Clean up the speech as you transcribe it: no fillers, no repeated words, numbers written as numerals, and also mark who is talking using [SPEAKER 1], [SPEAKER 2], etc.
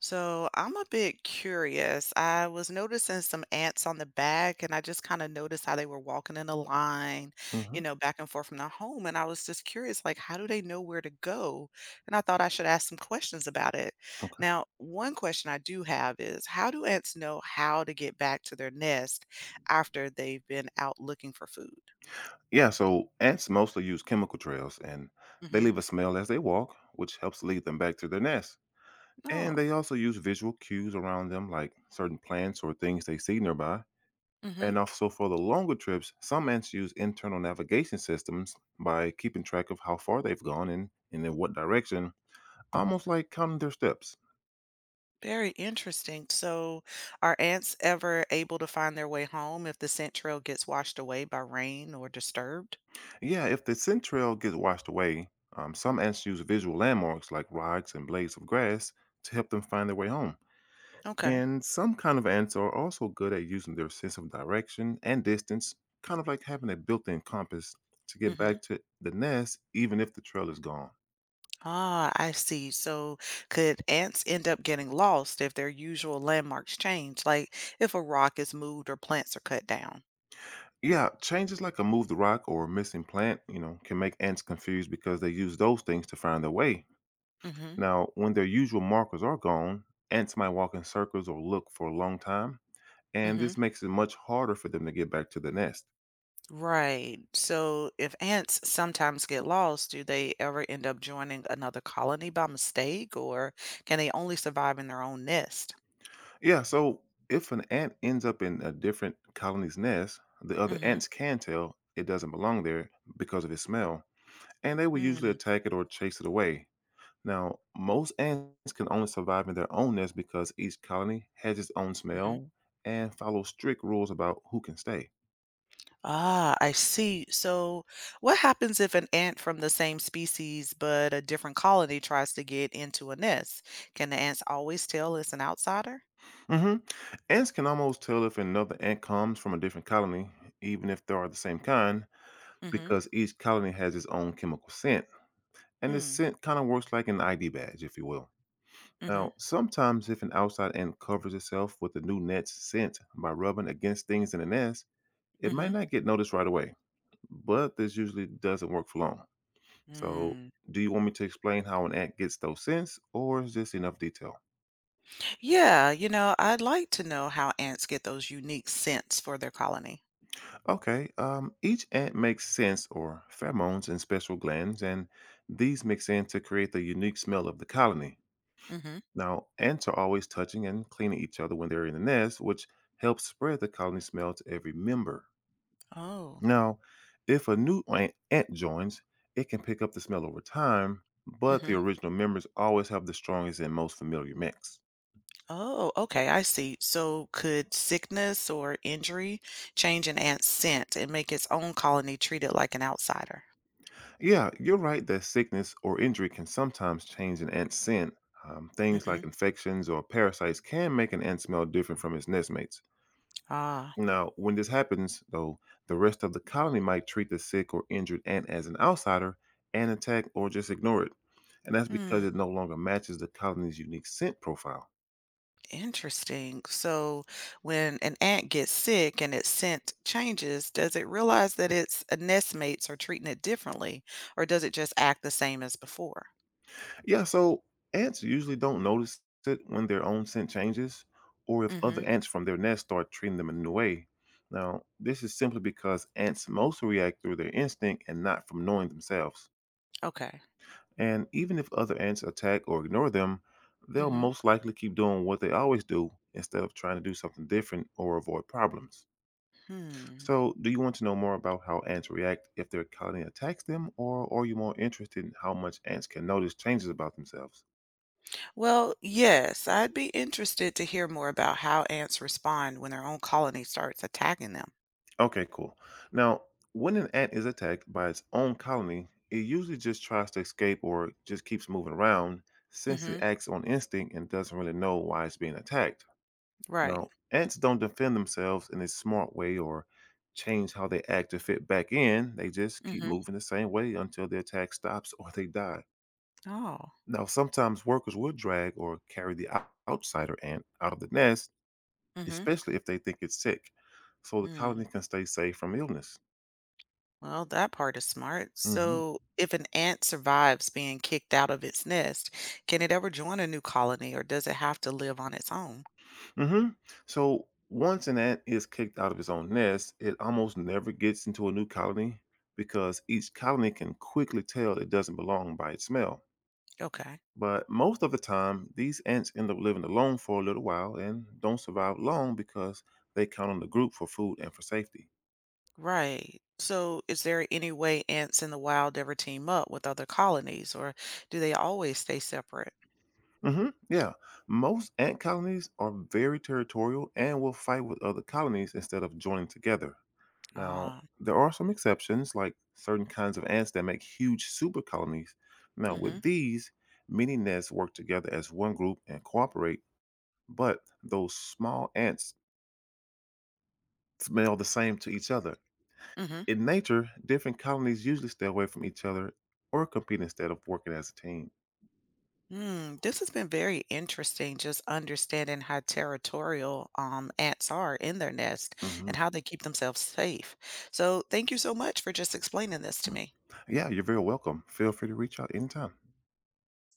[SPEAKER 1] So I'm a bit curious. I was noticing some ants on the back, and I just kind of noticed how they were walking in a line,
[SPEAKER 2] Hmm.
[SPEAKER 1] back and forth from their home. And I was just curious, like, how do they know where to go? And I thought I should ask some questions about it.
[SPEAKER 2] Okay.
[SPEAKER 1] Now, one question I do have is, how do ants know how to get back to their nest after they've been out looking for food?
[SPEAKER 2] Yeah, so ants mostly use chemical trails, and they
[SPEAKER 1] Mm-hmm.
[SPEAKER 2] leave a smell as they walk, which helps lead them back to their nest. And
[SPEAKER 1] No.
[SPEAKER 2] they also use visual cues around them, like certain plants or things they see nearby. And also for the longer trips, some ants use internal navigation systems by keeping track of how far they've gone and in what direction, almost like counting their steps.
[SPEAKER 1] Very interesting. So, are ants ever able to find their way home if the scent trail gets washed away by rain or disturbed?
[SPEAKER 2] Yeah, if the scent trail gets washed away, some ants use visual landmarks like rocks and blades of grass to help them find their way home.
[SPEAKER 1] Okay.
[SPEAKER 2] And some kind of ants are also good at using their sense of direction and distance, kind of like having a built in compass to get
[SPEAKER 1] Mm-hmm.
[SPEAKER 2] back to the nest, even if the trail is gone.
[SPEAKER 1] Ah, I see. So, could ants end up getting lost if their usual landmarks change, like if a rock is moved or plants are cut down?
[SPEAKER 2] Yeah, changes like a moved rock or a missing plant, can make ants confused because they use those things to find their way.
[SPEAKER 1] Mm-hmm.
[SPEAKER 2] Now, when their usual markers are gone, ants might walk in circles or look for a long time, and
[SPEAKER 1] Mm-hmm.
[SPEAKER 2] this makes it much harder for them to get back to the nest.
[SPEAKER 1] Right. So, if ants sometimes get lost, do they ever end up joining another colony by mistake, or can they only survive in their own nest?
[SPEAKER 2] Yeah, so if an ant ends up in a different colony's nest, the other
[SPEAKER 1] Mm-hmm.
[SPEAKER 2] ants can tell it doesn't belong there because of its smell, and they will usually
[SPEAKER 1] Mm-hmm.
[SPEAKER 2] attack it or chase it away. Now, most ants can only survive in their own nest because each colony has its own smell and follows strict rules about who can stay.
[SPEAKER 1] Ah, I see. So, what happens if an ant from the same species but a different colony tries to get into a nest? Can the ants always tell it's an outsider?
[SPEAKER 2] hmm Ants can almost tell if another ant comes from a different colony, even if they are the same kind,
[SPEAKER 1] Mm-hmm.
[SPEAKER 2] because each colony has its own chemical scent, and this
[SPEAKER 1] Hmm.
[SPEAKER 2] scent kind of works like an ID badge, if you will.
[SPEAKER 1] Mm-hmm.
[SPEAKER 2] Now, sometimes if an outside ant covers itself with the new net's scent by rubbing against things in the nest, it
[SPEAKER 1] Mm-hmm.
[SPEAKER 2] might not get noticed right away, but this usually doesn't work for long. So,
[SPEAKER 1] Hmm.
[SPEAKER 2] do you want me to explain how an ant gets those scents, or is this enough detail?
[SPEAKER 1] Yeah, I'd like to know how ants get those unique scents for their colony.
[SPEAKER 2] Okay, each ant makes scents or pheromones in special glands, and these mix in to create the unique smell of the colony.
[SPEAKER 1] Mm-hmm.
[SPEAKER 2] Now, ants are always touching and cleaning each other when they're in the nest, which helps spread the colony smell to every member.
[SPEAKER 1] Oh.
[SPEAKER 2] Now, if a new ant joins, it can pick up the smell over time, but the
[SPEAKER 1] Mm-hmm.
[SPEAKER 2] original members always have the strongest and most familiar mix.
[SPEAKER 1] Oh, okay, I see. So, could sickness or injury change an ant's scent and make its own colony treated like an outsider?
[SPEAKER 2] Yeah, you're right that sickness or injury can sometimes change an ant's scent. Things
[SPEAKER 1] Mm-hmm.
[SPEAKER 2] like infections or parasites can make an ant smell different from its nestmates.
[SPEAKER 1] Ah.
[SPEAKER 2] Now, when this happens, though, the rest of the colony might treat the sick or injured ant as an outsider and attack or just ignore it. And that's because
[SPEAKER 1] Mm,
[SPEAKER 2] it no longer matches the colony's unique scent profile.
[SPEAKER 1] interesting. So when an ant gets sick and its scent changes, does it realize that its nest mates are treating it differently, or does it just act the same as before?
[SPEAKER 2] Yeah, so ants usually don't notice it when their own scent changes or if
[SPEAKER 1] Mm-hmm.
[SPEAKER 2] other ants from their nest start treating them in a new way. Now, this is simply because ants mostly react through their instinct and not from knowing themselves.
[SPEAKER 1] Okay.
[SPEAKER 2] And even if other ants attack or ignore them, they'll
[SPEAKER 1] Mm-hmm.
[SPEAKER 2] most likely keep doing what they always do instead of trying to do something different or avoid problems.
[SPEAKER 1] Hmm.
[SPEAKER 2] So, do you want to know more about how ants react if their colony attacks them, or are you more interested in how much ants can notice changes about themselves?
[SPEAKER 1] Well, yes, I'd be interested to hear more about how ants respond when their own colony starts attacking them.
[SPEAKER 2] Okay, cool. Now, when an ant is attacked by its own colony, it usually just tries to escape or just keeps moving around since it
[SPEAKER 1] Mm-hmm.
[SPEAKER 2] acts on instinct and doesn't really know why it's being attacked.
[SPEAKER 1] Right.
[SPEAKER 2] Now, ants don't defend themselves in a smart way or change how they act to fit back in. They just keep
[SPEAKER 1] Mm-hmm.
[SPEAKER 2] moving the same way until the attack stops or they die.
[SPEAKER 1] Oh.
[SPEAKER 2] Now, sometimes workers will drag or carry the outsider ant out of the nest, especially if they think it's sick, so the
[SPEAKER 1] Mm-hmm.
[SPEAKER 2] colony can stay safe from illness.
[SPEAKER 1] Well, that part is smart.
[SPEAKER 2] hmm
[SPEAKER 1] So, if an ant survives being kicked out of its nest, can it ever join a new colony or does it have to live on its own?
[SPEAKER 2] hmm So, once an ant is kicked out of its own nest, it almost never gets into a new colony because each colony can quickly tell it doesn't belong by its smell.
[SPEAKER 1] Okay.
[SPEAKER 2] But most of the time, these ants end up living alone for a little while and don't survive long because they count on the group for food and for safety.
[SPEAKER 1] Right. So, is there any way ants in the wild ever team up with other colonies or do they always stay separate?
[SPEAKER 2] Hmm, yeah. Most ant colonies are very territorial and will fight with other colonies instead of joining together. Now,
[SPEAKER 1] Ah,
[SPEAKER 2] there are some exceptions, like certain kinds of ants that make huge super colonies. Now,
[SPEAKER 1] mm-hmm.
[SPEAKER 2] with these, many nests work together as one group and cooperate, but those small ants smell the same to each other.
[SPEAKER 1] Mm-hmm.
[SPEAKER 2] In nature, different colonies usually stay away from each other or compete instead of working as a team.
[SPEAKER 1] Hmm, this has been very interesting, just understanding how territorial ants are in their nest and
[SPEAKER 2] Mhm.
[SPEAKER 1] how they keep themselves safe. So, thank you so much for just explaining this to me.
[SPEAKER 2] Yeah, you're very welcome. Feel free to reach out anytime.